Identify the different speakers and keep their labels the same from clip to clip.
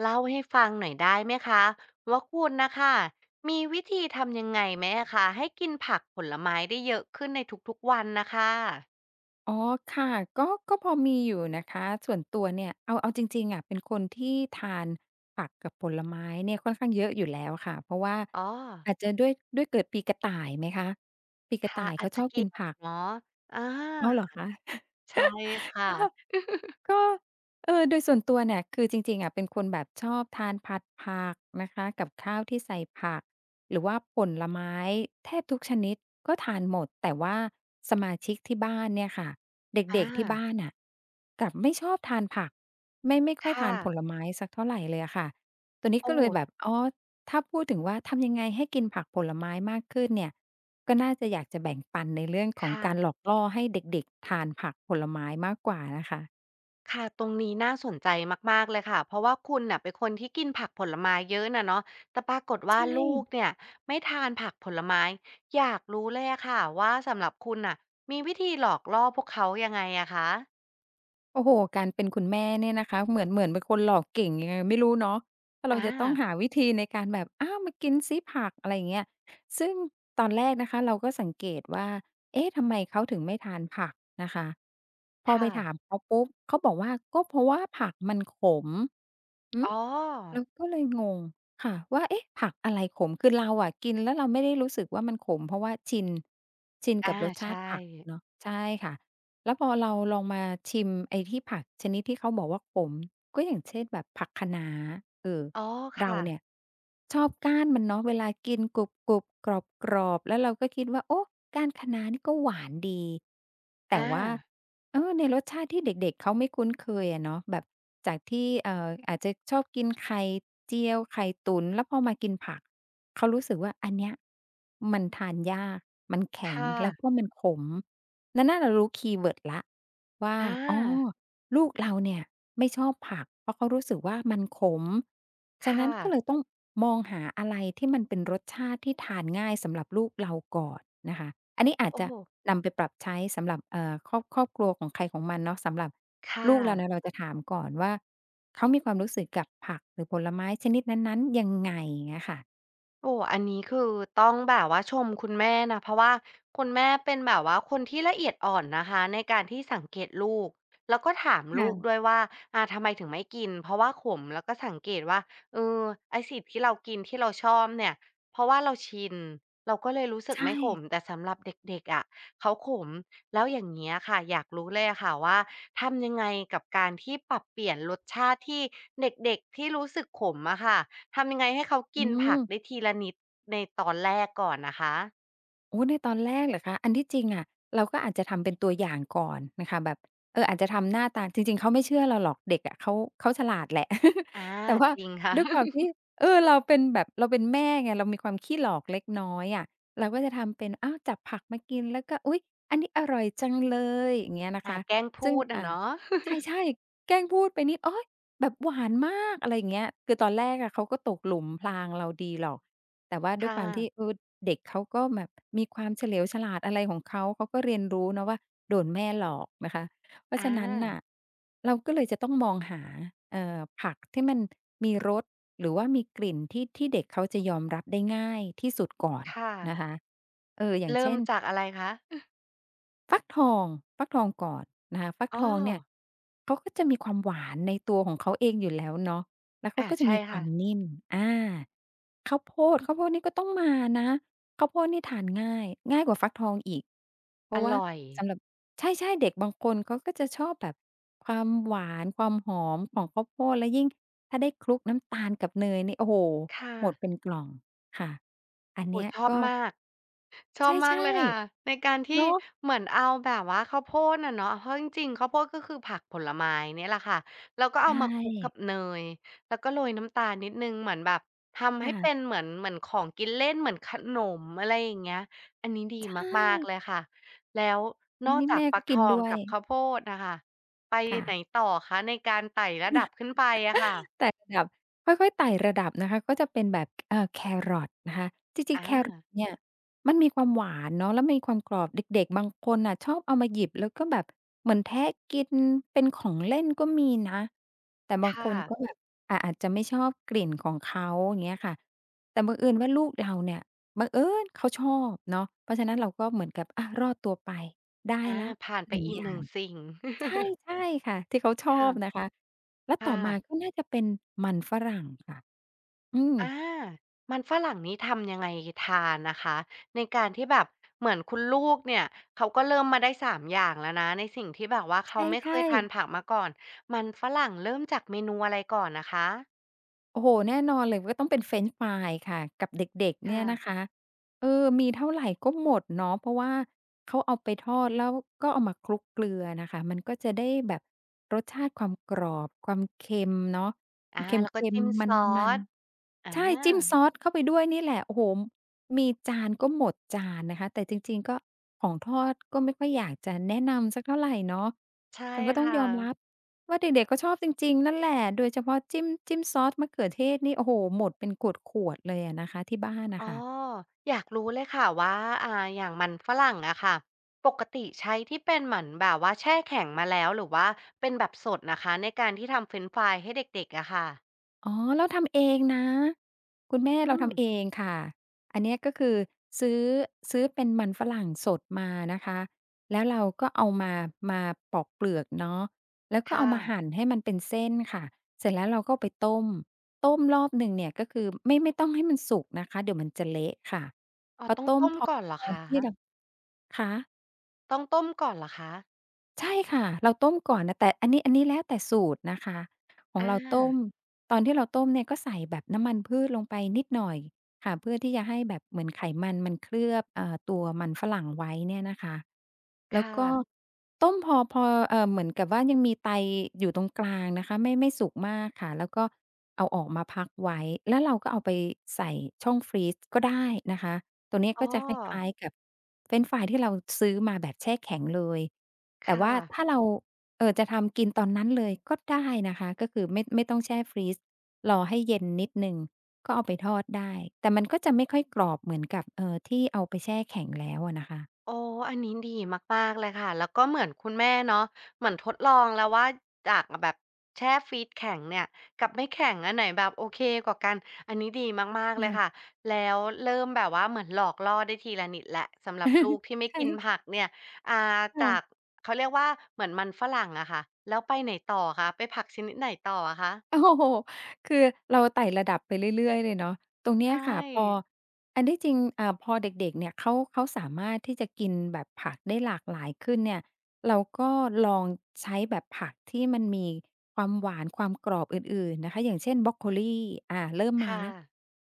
Speaker 1: เล่าให้ฟังหน่อยได้ไหมคะว่าคุณนะคะมีวิธีทำยังไงไหมอะคะให้กินผักผลไม้ได้เยอะขึ้นในทุกๆวันนะคะ
Speaker 2: อ๋อค่ะก็ก็พอมีอยู่นะคะส่วนตัวเนี่ยเอาจริงๆอะเป็นคนที่ทานผักกับผลไม้เนี่ยค่อนข้างเยอะอยู่แล้วค่ะเพราะว่า
Speaker 1: อ๋อ
Speaker 2: อาจจะด้วยเกิดปีกระต่ายไหมคะปีกระ
Speaker 1: ค่ะ
Speaker 2: ต่าย
Speaker 1: อาจ
Speaker 2: เขาช
Speaker 1: จะ
Speaker 2: อบ
Speaker 1: เกี่
Speaker 2: กิ
Speaker 1: ย
Speaker 2: น
Speaker 1: ว
Speaker 2: ผัก
Speaker 1: เนาะอา
Speaker 2: อ้าวเหรอคะ
Speaker 1: ใช่ค่ะ
Speaker 2: ก็ก็โดยส่วนตัวเนี่ยคือจริงๆอะเป็นคนแบบชอบทานผัดผักนะคะกับข้าวที่ใส่ผักหรือว่าผลไม้แทบทุกชนิดก็ทานหมดแต่ว่าสมาชิกที่บ้านเนี่ยค่ะเ
Speaker 1: อา
Speaker 2: ด็กๆที่บ้านน่ะกลับไม่ชอบทานผักไม่ค่อยทา
Speaker 1: ค่ะ
Speaker 2: นผลไม้สักเท่าไรเลยอะค่ะตัวนี้
Speaker 1: โอ้
Speaker 2: ก็เลยแบบอ๋อถ้าพูดถึงว่าทำยังไงให้กินผักผลไม้มากขึ้นเนี่ย ก็น่าจะอยากจะแบ่งปันในเรื่องของการหล
Speaker 1: ค่ะ
Speaker 2: อกล่อให้เด็กๆทานผักผลไม้มากกว่านะคะ
Speaker 1: ค่ะตรงนี้น่าสนใจมากๆเลยค่ะเพราะว่าคุณน่ะเป็นคนที่กินผักผลไม้เยอะน่ะเนาะแต่ปรากฏว่า
Speaker 2: ใช่
Speaker 1: ลูกเนี่ยไม่ทานผักผลไม้อยากรู้เลยอะค่ะว่าสำหรับคุณน่ะมีวิธีหลอกล่อพวกเขายังไงอะคะ
Speaker 2: โอ้โฮการเป็นคุณแม่เนี่ยนะคะเหมือนเป็นคนหลอกเก่งยังไงไม่รู้เนาะถ้าเรา
Speaker 1: อา
Speaker 2: จะต้องหาวิธีในการแบบอามากินสิผักอะไรอย่างเงี้ยซึ่งตอนแรกนะคะเราก็สังเกตว่าเอ๊ะทำไมเขาถึงไม่ทานผักนะคะพอไป
Speaker 1: ค่ะ
Speaker 2: ถามเขาปุ๊บเขาบอกว่าก็เพราะว่าผักมันขมหื
Speaker 1: อ๋
Speaker 2: อ
Speaker 1: อ
Speaker 2: เราก็เลยงงค่ะว่าเอ๊ะผักอะไรขมคือเราอะกินแล้วเราไม่ได้รู้สึกว่ามันขมเพราะว่าชินกับ
Speaker 1: อา
Speaker 2: รสชา
Speaker 1: ใช่
Speaker 2: ติผักเนาะใช่ค่ะ แล้วพอเราลองมาชิมไอ้ที่ผักชนิดที่เขาบอกว่าขมก็อย่างเช่นแบบผักคะน้าเออ
Speaker 1: อ๋อ
Speaker 2: เรา
Speaker 1: ค่ะ
Speaker 2: เนี่ยชอบก้านมันเนาะเวลากินกรุบๆกรอบๆแล้วเราก็คิดว่าโอ้ก้านคะน้านี่ก็หวานดีแต่
Speaker 1: อา
Speaker 2: ว่าเออในรสชาติที่เด็กๆเขาไม่คุ้นเคยอะเนาะแบบจากที่อาจจะชอบกินไข่เจียวไข่ตุ๋นแล้วพอมากินผักเขารู้สึกว่าอันเนี้ยมันทานยากมัน
Speaker 1: ค
Speaker 2: แข็งแล้วก็
Speaker 1: ่ะ
Speaker 2: มันขม นั่นน่ะเรารู้คีย์เวิร์ดแล้วว่า
Speaker 1: อา
Speaker 2: อ๋อลูกเราเนี่ยไม่ชอบผักเพราะเขารู้สึกว่ามันขมฉะนั้น
Speaker 1: ค่ะ
Speaker 2: ก็เลยต้องมองหาอะไรที่มันเป็นรสชาติที่ทานง่ายสำหรับลูกเราก่อนนะคะอันนี้อาจ
Speaker 1: โอ้
Speaker 2: จะ
Speaker 1: โฮ
Speaker 2: นำไปปรับใช้สำหรับครอบครัวของใครของมันเนาะสำหรับ
Speaker 1: ค
Speaker 2: ลูกเราเนี่
Speaker 1: ่ะ
Speaker 2: ยเราจะถามก่อนว่าเขามีความรู้สึกกับผักหรือผลไม้ชนิดนั้นๆยังไงเงี้ยค่ะ
Speaker 1: โอ้อันนี้คือต้องแบบว่าชมคุณแม่นะเพราะว่าคุณแม่เป็นแบบว่าคนที่ละเอียดอ่อนนะคะในการที่สังเกตลูกแล้วก็ถามลูกด้ว
Speaker 2: ค่ะ
Speaker 1: ยว่าอ่าทำไมถึงไม่กินเพราะว่าขมแล้วก็สังเกตว่าเออไอ้สิ่งที่เรากินที่เราชอบเนี่ยเพราะว่าเราชินเราก็เลยรู้สึก
Speaker 2: ใช่
Speaker 1: ไม่ขมแต่สำหรับเด็กๆอะเขาขมแล้วอย่างเงี้ยค่ะอยากรู้เลยอะค่ะว่าทำยังไงกับการที่ปรับเปลี่ยนรสชาติที่เด็กๆที่รู้สึกขมอะค่ะ ทำยังไงให้เขา
Speaker 2: อื
Speaker 1: กินผักได้
Speaker 2: ม
Speaker 1: ทีละนิดในตอนแรกก่อนนะคะ
Speaker 2: โอ้ในตอนแรกเหรอคะอันที่จริงอะเราก็อาจจะทำเป็นตัวอย่างก่อนนะคะแบบเอออาจจะทำหน้าตาจริงๆเขาไม่เชื่อเราหรอกเด็กอะเขาฉลาดแหละ
Speaker 1: อา
Speaker 2: แต่ว่า
Speaker 1: จริงค่ะ
Speaker 2: ด้วยความ ที่เออเราเป็นแบบเราเป็นแม่ไงเรามีความขี้หลอกเล็กน้อยอะเราก็จะทำเป็นอ้าวจับผักมากินแล้วก็อุ๊ยอันนี้อร่อยจังเลยอย่างเงี้ยนะ
Speaker 1: อา
Speaker 2: คะ
Speaker 1: แกล้ง
Speaker 2: ซึ่
Speaker 1: พู
Speaker 2: ง
Speaker 1: ดอะ
Speaker 2: อ่า
Speaker 1: เนาะ
Speaker 2: ใช่ๆแกล้งพูดไปนิดโอ๊ยแบบหวานมากอะไรอย่างเงี้ยคือตอนแรกอะเขาก็ตกหลุมพรางเราดีหรอก แต่ว่า
Speaker 1: ค
Speaker 2: ด้วยความที่
Speaker 1: ่ะ
Speaker 2: เออเด็กเขาก็แบบมีความเฉลียวฉลาดอะไรของเขาเขาก็เรียนรู้เนาะว่าโดนแม่หลอกนะคะเพราะ
Speaker 1: อา
Speaker 2: ฉะนั้นน่ะเราก็เลยจะต้องมองหาผักที่มันมีรสหรือว่ามีกลิ่นที่เด็กเขาจะยอมรับได้ง่ายที่สุดก่อน
Speaker 1: ค่ะ
Speaker 2: นะคะเอออย่าง
Speaker 1: เริ่ม
Speaker 2: เช่น
Speaker 1: จากอะไรคะ
Speaker 2: ฟักทองฟักทองก่อนนะคะฟัก
Speaker 1: อ้อ
Speaker 2: ทองเนี่ยเขาก็จะมีความหวานในตัวของเขาเองอยู่แล้วเนาะแล้วเขา
Speaker 1: อา
Speaker 2: ก็จะ
Speaker 1: ใช่
Speaker 2: มีควา
Speaker 1: ค่ะ
Speaker 2: มนิ่มอาข้าวโพดข้าวโพดนี่ก็ต้องมานะข้าวโพดนี่ทานง่ายง่ายกว่าฟักทองอีกเพ
Speaker 1: อ
Speaker 2: ราะว่า
Speaker 1: ร่อย
Speaker 2: สำหรับใช่ๆเด็กบางคนเขาก็จะชอบแบบความหวานความหอมของข้าวโพดแล้วยิ่งถ้าได้คลุกน้ำตาลกับเนยนี่โอ้โฮ
Speaker 1: ค่ะ
Speaker 2: หมดเป็นกล่องค่ะอัน
Speaker 1: โอ้
Speaker 2: เนี้ย
Speaker 1: ชอบ
Speaker 2: ก็
Speaker 1: มาก ชอบมาก
Speaker 2: ใช่
Speaker 1: เลยค่ะในการ
Speaker 2: ๆ
Speaker 1: ที่
Speaker 2: เนาะ
Speaker 1: เหมือนเอาแบบว่าข้าวโพดอะเนาะเพราะจริงๆข้าวโพดก็คือผักผลไม้เนี่ยแหละค่ะแล้วก็
Speaker 2: ใช
Speaker 1: เอามาคลุกกับ
Speaker 2: ่
Speaker 1: เนยแล้วก็โรยน้ำตาลนิดหนึ่งเหมือนแบบทำให้เป็น
Speaker 2: ค่ะ
Speaker 1: เหมือนเหมือนของกินเล่นเหมือนขนมอะไรอย่างเงี้ยอันนี้ดี
Speaker 2: ใช่
Speaker 1: มากๆเลยค่ะแล้วนอก
Speaker 2: นี่
Speaker 1: จาก
Speaker 2: แม่
Speaker 1: ฟั
Speaker 2: ก็
Speaker 1: กท
Speaker 2: กิน
Speaker 1: อง
Speaker 2: ด้วย
Speaker 1: กับข้าวโพดน่ะค่ะไปไหน
Speaker 2: ค่ะ
Speaker 1: ต่อคะในการไต่ระดับขึ้นไปอะค่ะ
Speaker 2: แต่ระดับค่อยๆไต่ระดับนะคะก็จะเป็นแบบแครอทนะคะจริง
Speaker 1: อา
Speaker 2: ๆแครอทเนี่ยมันมีความหวานเนาะแล้วมีความกรอบเด็กๆบางคนน่ะชอบเอามาหยิบแล้วก็แบบเหมือนแทะกินเป็นของเล่นก็มีนะแต่บางค
Speaker 1: ค่ะ
Speaker 2: นก็แบบอ่าอาจจะไม่ชอบกลิ่นของเขาอย่างเงี้ยค่ะแต่บังเอิญว่าลูกเราเนี่ยบังเอิญเขาชอบเนาะเพราะฉะนั้นเราก็เหมือนกับอะรอดตัวไปได้
Speaker 1: อา
Speaker 2: แล้ว
Speaker 1: ผ่านไป
Speaker 2: 1
Speaker 1: อีก
Speaker 2: อ
Speaker 1: ห
Speaker 2: ย่า
Speaker 1: นึ่ง
Speaker 2: ง
Speaker 1: สิ่ง
Speaker 2: ใช่ ใช่ค่ะที่เขาชอบ
Speaker 1: ค่ะ
Speaker 2: นะคะแล้วต่อมา
Speaker 1: ค่ะ
Speaker 2: ก็น่าจะเป็นมันฝรั่งค่ะอืม
Speaker 1: อามันฝรั่งนี้ทำยังไงทานนะคะในการที่แบบเหมือนคุณลูกเนี่ยเขาก็เริ่มมาได้3อย่างแล้วนะในสิ่งที่แบบว่าเขาไม่เคย
Speaker 2: ใช่
Speaker 1: ทาน
Speaker 2: ๆ
Speaker 1: ผักมาก่อนมันฝรั่งเริ่มจากเมนูอะไรก่อนนะคะ
Speaker 2: โอ้โฮแน่นอนเลยว่าต้องเป็นเฟรนช์ฟรายค่ะกับเด็กๆเนี่ยนะ
Speaker 1: ค่ะ
Speaker 2: คะเออมีเท่าไรก็หมดเนาะเพราะว่าเขาเอาไปทอดแล้วก็เอามาคลุกเกลือน่ะค่ะมันก็จะได้แบบรสชาติความกรอบความเค็มเนาะ
Speaker 1: อา
Speaker 2: เค
Speaker 1: แล้วก็
Speaker 2: ็ม
Speaker 1: จิ้ม
Speaker 2: ๆ
Speaker 1: ซอ
Speaker 2: มัน
Speaker 1: สอา
Speaker 2: ๆใช่จิ้มซอสเข้าไปด้วยนี่แหละโอ้โฮมีจานก็หมดจานนะคะแต่จริงๆก็ของทอดก็ไม่ค่อยอยากจะแนะนำสักเท่าไรเนาะ
Speaker 1: ใช่
Speaker 2: แต่ก็ต้อง
Speaker 1: ค่ะ
Speaker 2: ยอมรับ ว่าเด็กๆก็ชอบจริงๆนั่นแหละโดยเฉพาะจิ้มซอสมะเขือเทศนี่โอ้โฮหมดเป็นขวดๆเลยอะนะคะที่บ้านน่ะ
Speaker 1: อ๋อ
Speaker 2: ค่ะ
Speaker 1: อยากรู้เลยค่ะว่าอ่าอย่างมันฝรั่งอะค่ะปกติใช้ที่เป็นเหมือนแบบว่าแช่แข็งมาแล้วหรือว่าเป็นแบบสดนะคะในการที่ทำเฟรนช์ฟรายให้เด็กๆอะค่ะ
Speaker 2: อ๋อเราทำเองนะคุณแม่
Speaker 1: อื
Speaker 2: เรา
Speaker 1: ม
Speaker 2: ทำเองค่ะอันเนี้ยก็คือซื้อซื้อเป็นมันฝรั่งสดมานะคะแล้วเราก็เอามาปอกเปลือกเนาะแล้วก็เอา
Speaker 1: ค่ะ
Speaker 2: มาหั่นให้มันเป็นเส้นค่ะเสร็จแล้วเราก็ไปต้มรอบหนึ่งเนี่ยก็คือไม่ต้องให้มันสุกนะคะเดี๋ยวมันจะเละค่ะ
Speaker 1: อ๋อ
Speaker 2: พอ
Speaker 1: ต้อง
Speaker 2: ต้ม
Speaker 1: ต้ม
Speaker 2: พอ
Speaker 1: ก่อนเหร
Speaker 2: พ
Speaker 1: อ
Speaker 2: อ
Speaker 1: คะ
Speaker 2: ที่เราคะ
Speaker 1: ต้องต้มก่อนเหรอคะ
Speaker 2: ใช่ค่ะเราต้มก่อนนะแต่อันนี้แล้วแต่สูตรนะคะของเรา
Speaker 1: อา
Speaker 2: ต้มตอนที่เราต้มเนี่ยก็ใส่แบบน้ำมันพืชลงไปนิดหน่อยค่ะเพื่อที่จะให้แบบเหมือนไขมันมันเคลือบตัวมันฝรั่งไว้เนี่ยนะคะ
Speaker 1: ค
Speaker 2: แล้วก็
Speaker 1: ่ะ
Speaker 2: ต้มพอเหมือนกับว่ายังมีไตอยู่ตรงกลางนะคะไม่สุกมากค่ะแล้วก็เอาออกมาพักไว้แล้วเราก็เอาไปใส่ช่องฟรีซก็ได้นะคะ ตัวเนี้ย
Speaker 1: อ๋อ
Speaker 2: ก็จะคล้ายๆกับเฟรนช์ฟรายที่เราซื้อมาแบบแช่แข็งเลย แต่
Speaker 1: ค่ะ
Speaker 2: ว่าถ้าเราจะทำกินตอนนั้นเลยก็ได้นะคะก็คือไม่ต้องแช่ฟรีซรอให้เย็นนิดหนึ่งก็เอาไปทอดได้แต่มันก็จะไม่ค่อยกรอบเหมือนกับที่เอาไปแช่แข็งแล้วอะนะคะ
Speaker 1: อ๋ออันนี้ดีมากๆเลยค่ะ แล้วก็เหมือนคุณแม่เนาะเหมือนทดลองแล้วว่าจากแบบแช่ฟรีซแข็งเนี่ยกับไม่แข็งอันไหนแบบโอเคกว่ากัน อันนี้ดีมากๆเล
Speaker 2: อา
Speaker 1: ยค่ะ แล้วเริ่มแบบว่าเหมือนหลอกล่อได้ทีละนิดแล้วสำหรับลูกที่ ไม่กิน
Speaker 2: ใช่
Speaker 1: ผักเนี่ยอ่าจาก
Speaker 2: ค่ะ
Speaker 1: เขาเรียกว่าเหมือนมันฝรั่งอะค่ะแล้วไปไหนต่อคะไปผักชนิดไหนต่ออะคะ
Speaker 2: โอ้โฮคือเราไต่ระดับไปเรื่อยๆเลยเนาะตรงเนี้ย
Speaker 1: ใช่
Speaker 2: ค่ะพออันที่จริงพอเด็กๆเนี่ยเขาสามารถที่จะกินแบบผักได้หลากหลายขึ้นเนี่ยเราก็ลองใช้แบบผักที่มันมีความหวานความกรอบอื่นๆนะคะอย่างเช่นบรอกโคลีอ่าเริ่มมา
Speaker 1: ค่ะ
Speaker 2: แล้ว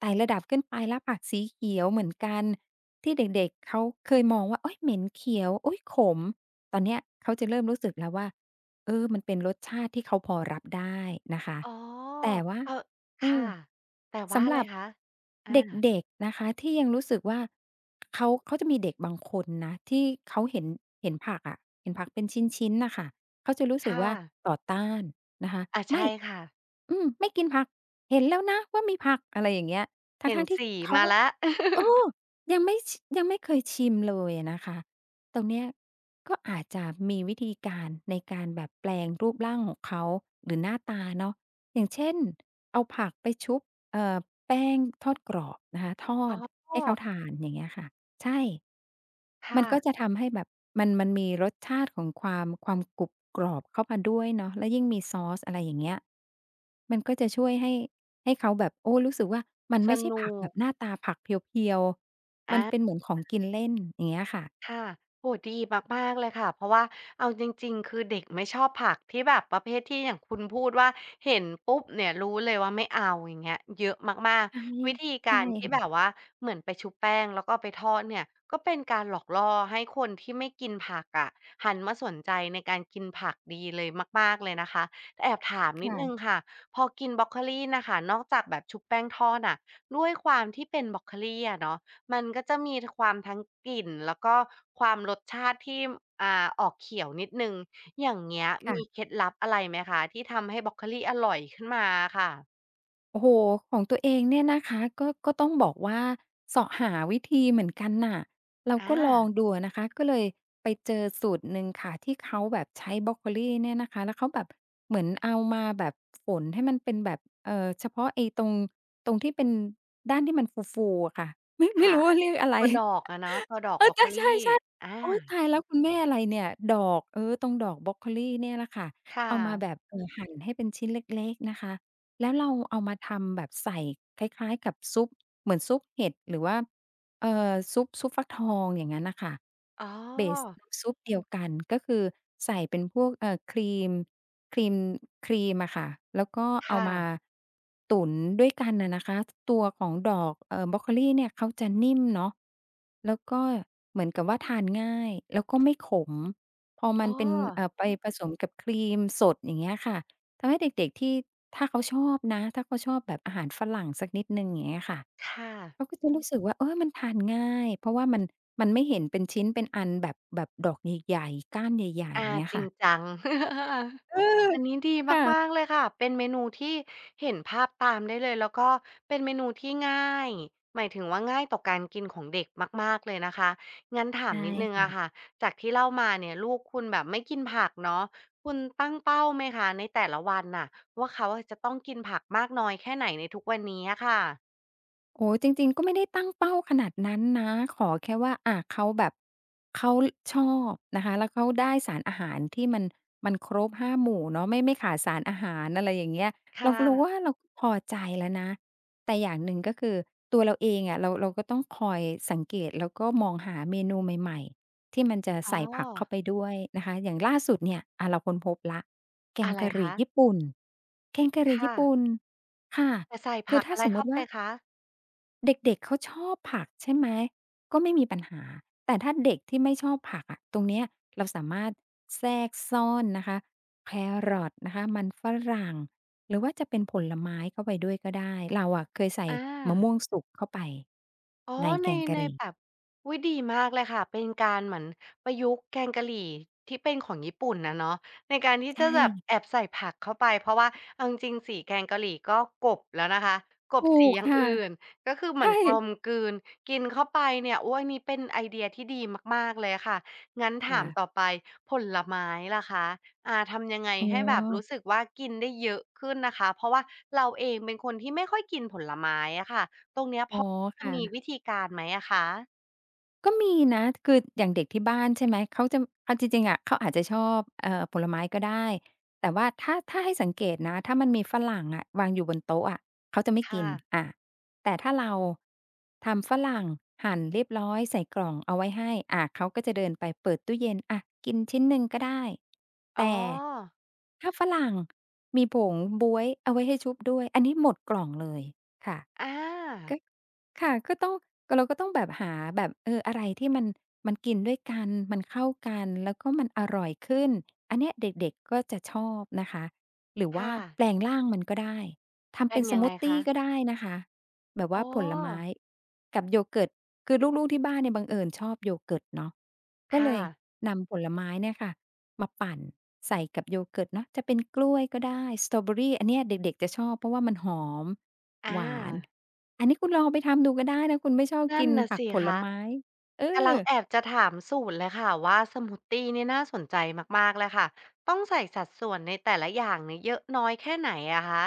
Speaker 2: ไต่ระดับขึ้นไปแล้วผักสีเขียวเหมือนกันที่เด็กๆเขาเคยมองว่าโอ๊ยเหม็นเขียวโอ๊ยขมตอนเนี้ยเขาจะเริ่มรู้สึกแล้วว่า เออมันเป็นรสชาติที่เขาพอรับได้นะคะ
Speaker 1: อ๋อ
Speaker 2: แต่ว่า
Speaker 1: เออ
Speaker 2: เอ
Speaker 1: ค่ะ
Speaker 2: อ
Speaker 1: แต่ว่า
Speaker 2: สำ
Speaker 1: อะ
Speaker 2: ห
Speaker 1: ไร
Speaker 2: รับ
Speaker 1: คะอา
Speaker 2: เด็กๆนะคะที่ยังรู้สึกว่าเขาจะมีเด็กบางคนนะที่เขาเห็นผักอะเห็นผักเป็นชิ้นๆน่ะค่ะเขาจะรู้สึก
Speaker 1: ค่ะ
Speaker 2: ว่าต่อต้านนะคะ
Speaker 1: อา
Speaker 2: ไม่
Speaker 1: ใช่ค่ะ
Speaker 2: ไม่กินผักเห็นแล้วนะว่ามีผักอะไรอย่างเงี้ย
Speaker 1: เห็น
Speaker 2: ทั้งๆที่
Speaker 1: สี
Speaker 2: เขา
Speaker 1: มาแล้ว
Speaker 2: เออยังไม่ชยังไม่เคยชิมเลยอะนะคะ ตรงเนี้ยก็อาจจะมีวิธีการในการแบบแปลงรูปร่างของเขาหรือหน้าตาเนาะอย่างเช่นเอาผักไปชุบเอ่อแป้งทอดกรอบนะคะทอ
Speaker 1: อ๋อ
Speaker 2: ดให้เขา ทานอย่างเงี้ยค่ะใช่มัน
Speaker 1: ค่ะ
Speaker 2: ก็จะทำให้แบบมันมีรสชาติของความกรุบกรอบเข้ามาด้วยเนาะแล้วยิ่งมีซอสอะไรอย่างเงี้ยมันก็จะช่วยให้เขาแบบโอ้รู้สึกว่ามัน
Speaker 1: ส
Speaker 2: ไม่ใช่
Speaker 1: นุ
Speaker 2: ผักแบ
Speaker 1: ก
Speaker 2: บหน้าตาผักเพียวๆมัน
Speaker 1: อา
Speaker 2: เป็นเหมือนของกินเล่นอย่างเงี้ยค่ะ
Speaker 1: ค่ะโอ้ดีมากๆเลยค่ะเพราะว่าเอาจริงๆคือเด็กไม่ชอบผักที่แบบประเภทที่อย่างคุณพูดว่าเห็นปุ๊บเนี่ยรู้เลยว่าไม่เอาอย่างเงี้ยเยอะมาก
Speaker 2: ใช่
Speaker 1: ๆวิธีการที่
Speaker 2: ใช่
Speaker 1: แบบว่าเหมือนไปชุบแป้งแล้วก็เอาไปทอดเนี่ยก็เป็นการหลอกล่อให้คนที่ไม่กินผักอะหันมาสนใจในการกินผักดีเลยมากๆเลยนะคะแต่แอบถามนิดหนึ่ง
Speaker 2: ค่ะ
Speaker 1: ค่ะพอกินบรอกโคลีน่ะค่ะนอกจากแบบชุบแป้งทอดอะด้วยความที่เป็นบรอกโคลีอะเนาะ มันก็จะมีความทั้งกลิ่นแล้วก็ความรสชาติที่อ่าออกเขียวนิดหนึ่งอย่างเงี้ย
Speaker 2: ค่ะ
Speaker 1: มีเค
Speaker 2: ค่ะ
Speaker 1: ล็ดลับอะไรไหมคะที่ทำให้บรอกโคลีอร่อยขึ้นมาอะค่ะ
Speaker 2: โอ้โฮของตัวเองเนี่ยนะคะก็ต้องบอกว่าเสาะหาวิธีเหมือนกันน่ะเราก็ลอง
Speaker 1: อา
Speaker 2: ดูอะนะคะก็เลยไปเจอสูตรหนึ่งค่ะที่เขาแบบใช้บรอกโคลีเนี่ยนะคะแล้วเขาแบบเหมือนเอามาแบบฝนให้มันเป็นแบบเฉพาะไอ้ตรงที่เป็นด้านที่มันฟูๆอะค่ะไม่
Speaker 1: ค่ะ
Speaker 2: รู้
Speaker 1: อา
Speaker 2: ว่าเรียกอะไร
Speaker 1: ตัวดอกอะเนาะตัวดอก
Speaker 2: เออ
Speaker 1: บรอกโคลี
Speaker 2: ใช่ๆ
Speaker 1: อา
Speaker 2: ๆโอ๊ยตายแล้วคุณแม่อะไรเนี่ยดอกเออตรงดอกบรอกโคลีเนี่ยแหละค่ะ
Speaker 1: ค่ะ
Speaker 2: เอามาแบบหั่นให้เป็นชิ้นเล็กๆนะคะแล้วเราเอามาทำแบบใส่คล้ายๆกับซุปเหมือนซุปเห็ดหรือว่าเอ่อซุปฟักทองอย่างงั้นน่ะค่ะ
Speaker 1: อ๋อ
Speaker 2: เบสน้ำซุปเดียวกันก็คือใส่เป็นพวกครีมครีมอะค่ะแล้วก็เอา
Speaker 1: ค่ะ
Speaker 2: มาตุ๋นด้วยกันอะนะคะตัวของดอกบรอกโคลีเนี่ยเขาจะนิ่มเนาะแล้วก็เหมือนกับว่าทานง่ายแล้วก็ไม่ขมพอมั
Speaker 1: อ๋
Speaker 2: น
Speaker 1: อ
Speaker 2: เป็นไปผสมกับครีมสดอย่างเงี้ยค่ะทำให้เด็กๆที่ถ้าเขาชอบนะถ้าเขาชอบแบบอาหารฝรั่งสักนิดหนึ่งอย่างเงี้ยค่ะ
Speaker 1: ค่ะ
Speaker 2: เขาก็จะรู้สึกว่าเออมันทานง่ายเพราะว่ามันมันไม่เห็นเป็นชิ้นเป็นอันแบบดอกใหญ่ๆก้านใหญ่ๆ
Speaker 1: อา
Speaker 2: อย่างเงี้ย
Speaker 1: จริง
Speaker 2: ค่ะ
Speaker 1: จัง
Speaker 2: เออ
Speaker 1: อันนี้ดีมากๆ
Speaker 2: ค่ะ
Speaker 1: เลยค่ะ เป็นเมนูที่เห็นภาพตามได้เลยแล้วก็เป็นเมนูที่ง่าย หมายถึงว่าง่ายต่อการกินของเด็กมากๆเลยนะคะ งั้นถา
Speaker 2: ใช
Speaker 1: มนิดหนึ่งอะ
Speaker 2: ่
Speaker 1: ค่ะจากที่เล่ามาเนี่ยลูกคุณแบบไม่กินผักเนาะคุณตั้งเป้าไหมคะในแต่ละวันน่ะว่าเขาอะจะต้องกินผักมากน้อยแค่ไหนในทุกวันนี้อะค่ะ
Speaker 2: โอ้จริงๆก็ไม่ได้ตั้งเป้าขนาดนั้นนะขอแค่ว่าเขาแบบเขาชอบนะคะแล้วเขาได้สารอาหารที่มันมันครบห้าหมู่เนาะไม่ขาดสารอาหารอะไรอย่างเงี้ย
Speaker 1: ค
Speaker 2: เราก็รู้ว่า
Speaker 1: ่ะ
Speaker 2: เราก็พอใจแล้วนะแต่อย่างหนึ่งก็คือตัวเราเองอะเราก็ต้องคอยสังเกตแล้วก็มองหาเมนูใหม่ๆที่มันจะ
Speaker 1: อ๋อ
Speaker 2: ใส่ผักเข้าไปด้วยนะคะอย่างล่าสุดเนี่ยเราค้นพบแล้วแก
Speaker 1: อะ
Speaker 2: ง
Speaker 1: ไร
Speaker 2: กะหรี่
Speaker 1: คะ
Speaker 2: ญี่ปุ่นแกงกะหรี่
Speaker 1: ค่ะ
Speaker 2: ญี่ปุ่นค่ะ
Speaker 1: แต่ใส่
Speaker 2: คื
Speaker 1: ผั
Speaker 2: อ
Speaker 1: ก
Speaker 2: ถ้า
Speaker 1: อะไร
Speaker 2: สมมุ
Speaker 1: เข้า
Speaker 2: ติ
Speaker 1: ไป
Speaker 2: ว่า
Speaker 1: คะ
Speaker 2: เด็กๆ เขาชอบผักใช่ไหม ก็ไม่มีปัญหา แต่ถ้าเด็กที่ไม่ชอบผักอะตรงเนี้ยเราสามารถแทรกซ่อนนะคะแครอทนะคะมันฝรั่งหรือว่าจะเป็นผลไม้เข้าไปด้วยก็ได้ เราอะเคยใส่
Speaker 1: อา
Speaker 2: มะม่วงสุกเข้าไป
Speaker 1: อ๋อ
Speaker 2: ใน
Speaker 1: ใน
Speaker 2: แกงกะหรี่
Speaker 1: แบบอุ๊ยดีมากเลยค่ะเป็นการเหมือนประยุกต์แกงกะหรี่ที่เป็นของญี่ปุ่นอะเนาะในการที่จะ
Speaker 2: ใช่
Speaker 1: แบบแอบใส่ผักเข้าไปเพราะว่าเอาจริงๆสีแกงกะหรี่ก็กลบแล้วนะคะกลบ
Speaker 2: ถู
Speaker 1: สี
Speaker 2: ก
Speaker 1: อย่าง
Speaker 2: ค่ะ
Speaker 1: อื่นก็คือเหมือน
Speaker 2: ใช่
Speaker 1: กลมกลืนกินเข้าไปเนี่ยโอ้อันนี้เป็นไอเดียที่ดีมากๆเลยค่ะงั้นถามต่อ
Speaker 2: ค่ะ
Speaker 1: ไปผลไม้ล่ะคะอ่าทำยังไง
Speaker 2: อ๋อ
Speaker 1: ให้แบบรู้สึกว่ากินได้เยอะขึ้นนะคะเพราะว่าเราเองเป็นคนที่ไม่ค่อยกินผลไม้อะค่ะตรงเนี้ยพ
Speaker 2: อ๋อ
Speaker 1: อ จะมี
Speaker 2: ค่ะ
Speaker 1: วิธีการไหมอะคะ
Speaker 2: ก็มีนะคืออย่างเด็กที่บ้านใช่ไหมเขาจะเอาจริงๆอะเขาอาจจะชอบผลไม้ก็ได้แต่ว่าถ้าให้สังเกตนะถ้ามันมีฝรั่งอะวางอยู่บนโต๊ะอะเขาจะไม่กิ
Speaker 1: ค่ะ
Speaker 2: นอาแต่ถ้าเราทำฝรั่งหั่นเรียบร้อยใส่กล่องเอาไว้ให้อาเขาก็จะเดินไปเปิดตู้เย็นอะกินชิ้นหนึ่งก็ได้
Speaker 1: อ๋อ
Speaker 2: แต่ถ้าฝรั่งมีผงบ๊วยเอาไว้ให้ชุบด้วยอันนี้หมดกล่องเลยค่ะ
Speaker 1: อ
Speaker 2: ก็
Speaker 1: า
Speaker 2: ค่ะก็ต้องก็เราก็ต้องแบบหาแบบเอออะไรที่มันมันกินด้วยกันมันเข้ากันแล้วก็มันอร่อยขึ้นอันเนี้ยเด็กๆก็จะชอบนะคะหรือว่า
Speaker 1: ค่ะ
Speaker 2: แปลงร่างมันก็ได้ทำ
Speaker 1: เป็
Speaker 2: เป็
Speaker 1: น
Speaker 2: นส
Speaker 1: ยัง
Speaker 2: มู
Speaker 1: ไง
Speaker 2: ทตี
Speaker 1: คะ
Speaker 2: ก็ได้นะคะแบบ
Speaker 1: อ๋อ
Speaker 2: ว่าผลไม้กับโยเกิร์ตคือลูกๆที่บ้านเนี่ยบังเอิญชอบโยเกิร์ตเนาะก็เล
Speaker 1: ค่ะ
Speaker 2: ยนำผลไม้เนี่ยค่ะมาปั่นใส่กับโยเกิร์ตเนาะจะเป็นกล้วยก็ได้สตรอเบอร์รีอันเนี้ยเด็กๆจะชอบเพราะว่ามันหอม
Speaker 1: อ
Speaker 2: หวาน
Speaker 1: า
Speaker 2: อันนี้คุณลองเอาไปทำดูก็ได้นะคุณไม่ชอบ
Speaker 1: นั่น
Speaker 2: กิน
Speaker 1: น่ะ
Speaker 2: ผัก
Speaker 1: สิ
Speaker 2: ผล
Speaker 1: คะ
Speaker 2: ไม้เอ
Speaker 1: กำ
Speaker 2: อ
Speaker 1: ลังแอบจะถามสูตรเลยค่ะว่าสมูททีนี่น่าสนใจมากๆเลยค่ะต้องใส่สัดส่วนในแต่ละอย่างเนี่ยเยอะน้อยแค่ไหนอะคะ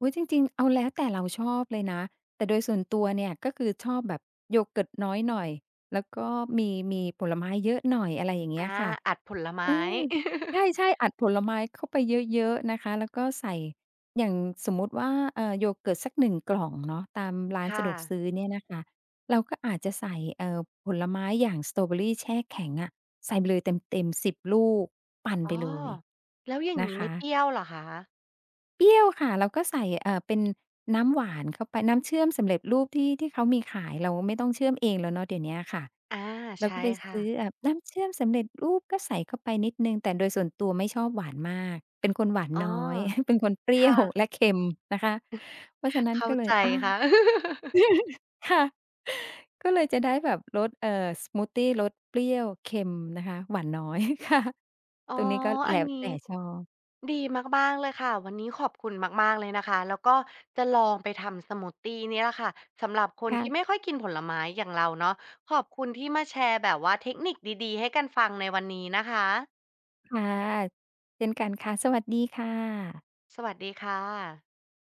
Speaker 2: อุ๊ยจริงๆเอาแล้วแต่เราชอบเลยนะแต่โดยส่วนตัวเนี่ยก็คือชอบแบบโยเกิร์ตน้อยหน่อยแล้วก็มีผลไม้เยอะหน่อยอะไรอย่างเงี้ย
Speaker 1: อา
Speaker 2: ค่ะ
Speaker 1: อัดผล
Speaker 2: เอ
Speaker 1: ไม้
Speaker 2: อใช่ๆอัดผลไม้เข้าไปเยอะๆนะคะแล้วก็ใส่อย่างสมมุติว่าโยเกิร์ตสักหนึ่งกล่องเนาะตามร้านสะ
Speaker 1: ค่ะ
Speaker 2: ดวกซื้อเนี่ยนะคะเราก็อาจจะใส่ผลไม้อย่างสตรอเบอร์รี่แช่แข็งอะใส่ไปเลยเต็มๆ10ลูกปั่น
Speaker 1: อ๋
Speaker 2: ไป
Speaker 1: อ
Speaker 2: เลย
Speaker 1: แล้วอย่าง
Speaker 2: นะ
Speaker 1: งี้ไม่
Speaker 2: คะ
Speaker 1: เปรี้ยวเหรอคะ
Speaker 2: เปรี้ยวค่ะเราก็ใส่เป็นน้ำหวานเข้าไปน้ำเชื่อมสำเร็จรูปที่เขามีขายเราไม่ต้องเชื่อมเองแล้วเนาะเดี๋ยวเนี้ยค่ะ
Speaker 1: อา
Speaker 2: เราก็
Speaker 1: ใช่
Speaker 2: ไป
Speaker 1: ค่ะ
Speaker 2: ซื้อเอ่าน้ำเชื่อมสำเร็จรูปก็ใส่เข้าไปนิดหนึ่งแต่โดยส่วนตัวไม่ชอบหวานมากเป็นคนหวาน
Speaker 1: อ๋อ
Speaker 2: น้อย เป็นคนเปรี้ยว
Speaker 1: ค่ะ
Speaker 2: และเค็มนะคะเพราะฉะนั้น
Speaker 1: เข้า
Speaker 2: ก็เล
Speaker 1: ใจ
Speaker 2: ยอา
Speaker 1: ค่ะ
Speaker 2: ค่ะ ก็เลยจะได้แบบรสสมูททีรสเปรี้ยวเค็มนะคะหวานน้อย ค่ะ
Speaker 1: อ๋
Speaker 2: ต
Speaker 1: อ
Speaker 2: รงนี้ก็
Speaker 1: อั
Speaker 2: แล้
Speaker 1: น
Speaker 2: ว
Speaker 1: นี้
Speaker 2: แต่ชอบ
Speaker 1: ดีมากๆเลยค่ะ วันนี้ขอบคุณมากๆเลยนะคะ แล้วก็จะลองไปทำสมูทตีนี่แหละค่ะสำหรับคน
Speaker 2: ค่ะ
Speaker 1: ที่ไม่ค่อยกินผลไม้อย่างเราเนาะขอบคุณที่มาแชร์แบบว่าเทคนิคดีๆให้กันฟังในวันนี้นะคะ
Speaker 2: ค่ะเช่นกันค่ะ สวัสดีค่ะ
Speaker 1: สวัสดีค่ะ